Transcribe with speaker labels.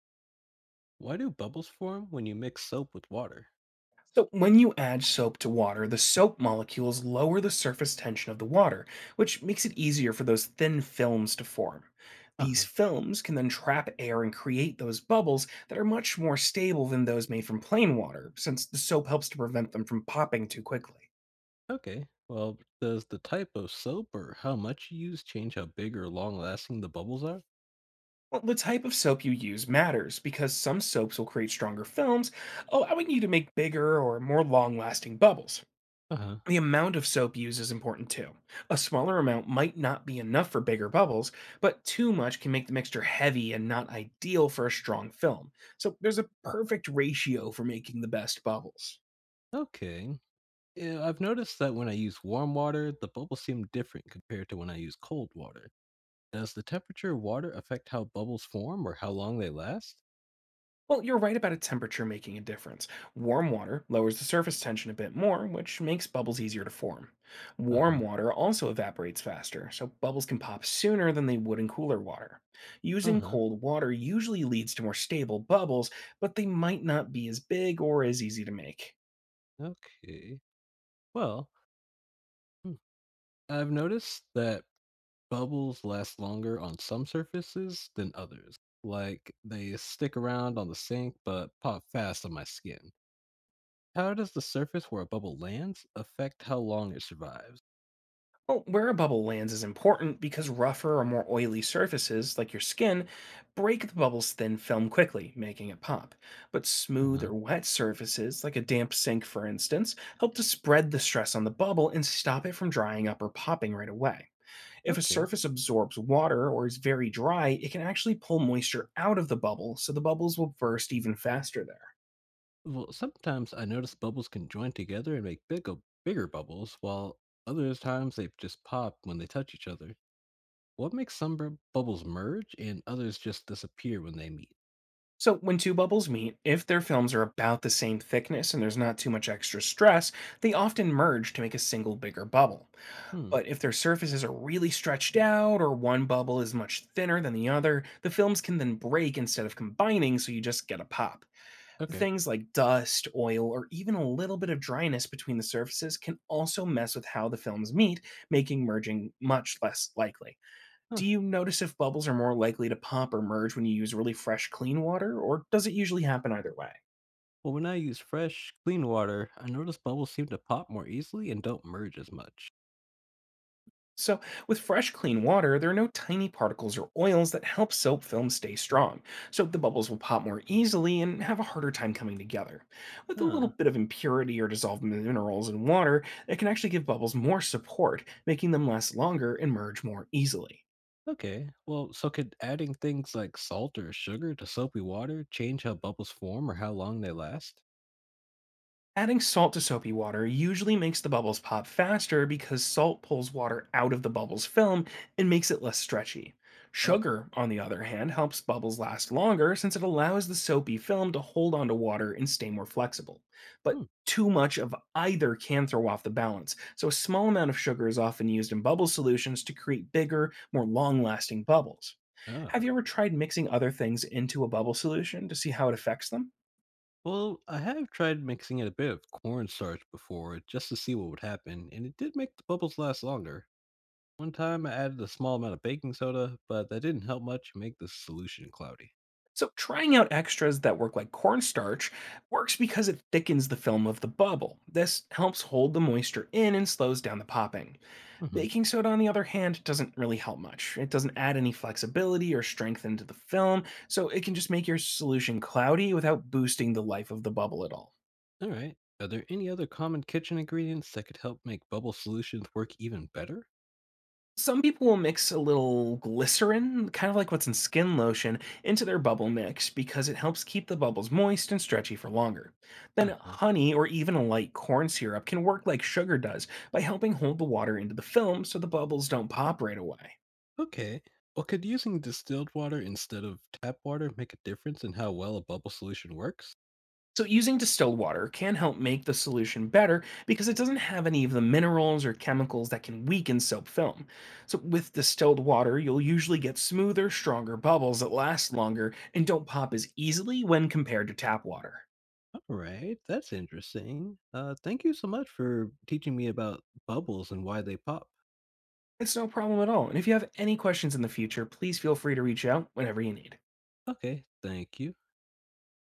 Speaker 1: Why do bubbles form when you mix soap with water?
Speaker 2: So, when you add soap to water, the soap molecules lower the surface tension of the water, which makes it easier for those thin films to form.
Speaker 1: Uh
Speaker 2: These
Speaker 1: huh.
Speaker 2: films can then trap air and create those bubbles that are much more stable than those made from plain water, since the soap helps to prevent them from popping too quickly.
Speaker 1: Okay. Well, does the type of soap or how much you use change how big or long lasting the bubbles are?
Speaker 2: Well, the type of soap you use matters because some soaps will create stronger films, allowing you to make bigger or more long lasting bubbles.
Speaker 1: Uh huh.
Speaker 2: The amount of soap used is important too. A smaller amount might not be enough for bigger bubbles, but too much can make the mixture heavy and not ideal for a strong film. So there's a perfect ratio for making the best bubbles.
Speaker 1: Okay. Yeah, I've noticed that when I use warm water, the bubbles seem different compared to when I use cold water. Does the temperature of water affect how bubbles form or how long they last?
Speaker 2: Well, you're right about a temperature making a difference. Warm water lowers the surface tension a bit more, which makes bubbles easier to form.
Speaker 1: Uh
Speaker 2: Warm
Speaker 1: huh.
Speaker 2: water also evaporates faster, so bubbles can pop sooner than they would in cooler water.
Speaker 1: Uh
Speaker 2: Using
Speaker 1: huh.
Speaker 2: cold water usually leads to more stable bubbles, but they might not be as big or as easy to make.
Speaker 1: Okay. Well, hmm, I've noticed that bubbles last longer on some surfaces than others. Like they stick around on the sink but pop fast on my skin. How does the surface where a bubble lands affect how long it survives?
Speaker 2: Well, where a bubble lands is important because rougher or more oily surfaces, like your skin, break the bubble's thin film quickly, making it pop. But smooth
Speaker 1: Uh-huh.
Speaker 2: or wet surfaces, like a damp sink for instance, help to spread the stress on the bubble and stop it from drying up or popping right away. If a
Speaker 1: Okay.
Speaker 2: surface absorbs water or is very dry, it can actually pull moisture out of the bubble, so the bubbles will burst even faster there.
Speaker 1: Well, sometimes I notice bubbles can join together and make bigger bubbles, while other times they just pop when they touch each other. What makes some bubbles merge and others just disappear when they meet?
Speaker 2: So, when two bubbles meet, if their films are about the same thickness and there's not too much extra stress, they often merge to make a single bigger bubble.
Speaker 1: Hmm.
Speaker 2: But if their surfaces are really stretched out or one bubble is much thinner than the other, the films can then break instead of combining, so you just get a pop.
Speaker 1: Okay.
Speaker 2: Things like dust, oil, or even a little bit of dryness between the surfaces can also mess with how the films meet, making merging much less likely.
Speaker 1: Huh.
Speaker 2: Do you notice if bubbles are more likely to pop or merge when you use really fresh, clean water, or does it usually happen either way?
Speaker 1: Well, when I use fresh, clean water, I notice bubbles seem to pop more easily and don't merge as much.
Speaker 2: So, with fresh, clean water, there are no tiny particles or oils that help soap films stay strong, so the bubbles will pop more easily and have a harder time coming together. With a little
Speaker 1: Huh.
Speaker 2: bit of impurity or dissolved minerals in water, it can actually give bubbles more support, making them last longer and merge more easily.
Speaker 1: Okay. Well, so could adding things like salt or sugar to soapy water change how bubbles form or how long they last?
Speaker 2: Adding salt to soapy water usually makes the bubbles pop faster because salt pulls water out of the bubble's film and makes it less stretchy.
Speaker 1: Oh.
Speaker 2: Sugar, on the other hand, helps bubbles last longer since it allows the soapy film to hold onto water and stay more flexible. But
Speaker 1: Hmm.
Speaker 2: too much of either can throw off the balance, so a small amount of sugar is often used in bubble solutions to create bigger, more long lasting bubbles. Have you
Speaker 1: Ah.
Speaker 2: ever tried mixing other things into a bubble solution to see how it affects them?
Speaker 1: Well, I have tried mixing in a bit of cornstarch before just to see what would happen, and it did make the bubbles last longer. One time I added a small amount of baking soda, but that didn't help much make the solution cloudy.
Speaker 2: So, trying out extras that work like cornstarch works because it thickens the film of the bubble. This helps hold the moisture in and slows down the popping.
Speaker 1: Mhm.
Speaker 2: Baking soda, on the other hand, doesn't really help much. It doesn't add any flexibility or strength into the film, so it can just make your solution cloudy without boosting the life of the bubble at all.
Speaker 1: All right. Are there any other common kitchen ingredients that could help make bubble solutions work even better?
Speaker 2: Some people will mix a little glycerin, kind of like what's in skin lotion, into their bubble mix because it helps keep the bubbles moist and stretchy for longer.
Speaker 1: Uh
Speaker 2: Then,
Speaker 1: huh.
Speaker 2: honey or even a light corn syrup can work like sugar does by helping hold the water into the film so the bubbles don't pop right away.
Speaker 1: Okay. Well, could using distilled water instead of tap water make a difference in how well a bubble solution works?
Speaker 2: So, using distilled water can help make the solution better because it doesn't have any of the minerals or chemicals that can weaken soap film. So, with distilled water, you'll usually get smoother, stronger bubbles that last longer and don't pop as easily when compared to tap water.
Speaker 1: All right. That's interesting. Thank you so much for teaching me about bubbles and why they pop.
Speaker 2: It's no problem at all. And if you have any questions in the future, please feel free to reach out whenever you need.
Speaker 1: Okay. Thank you.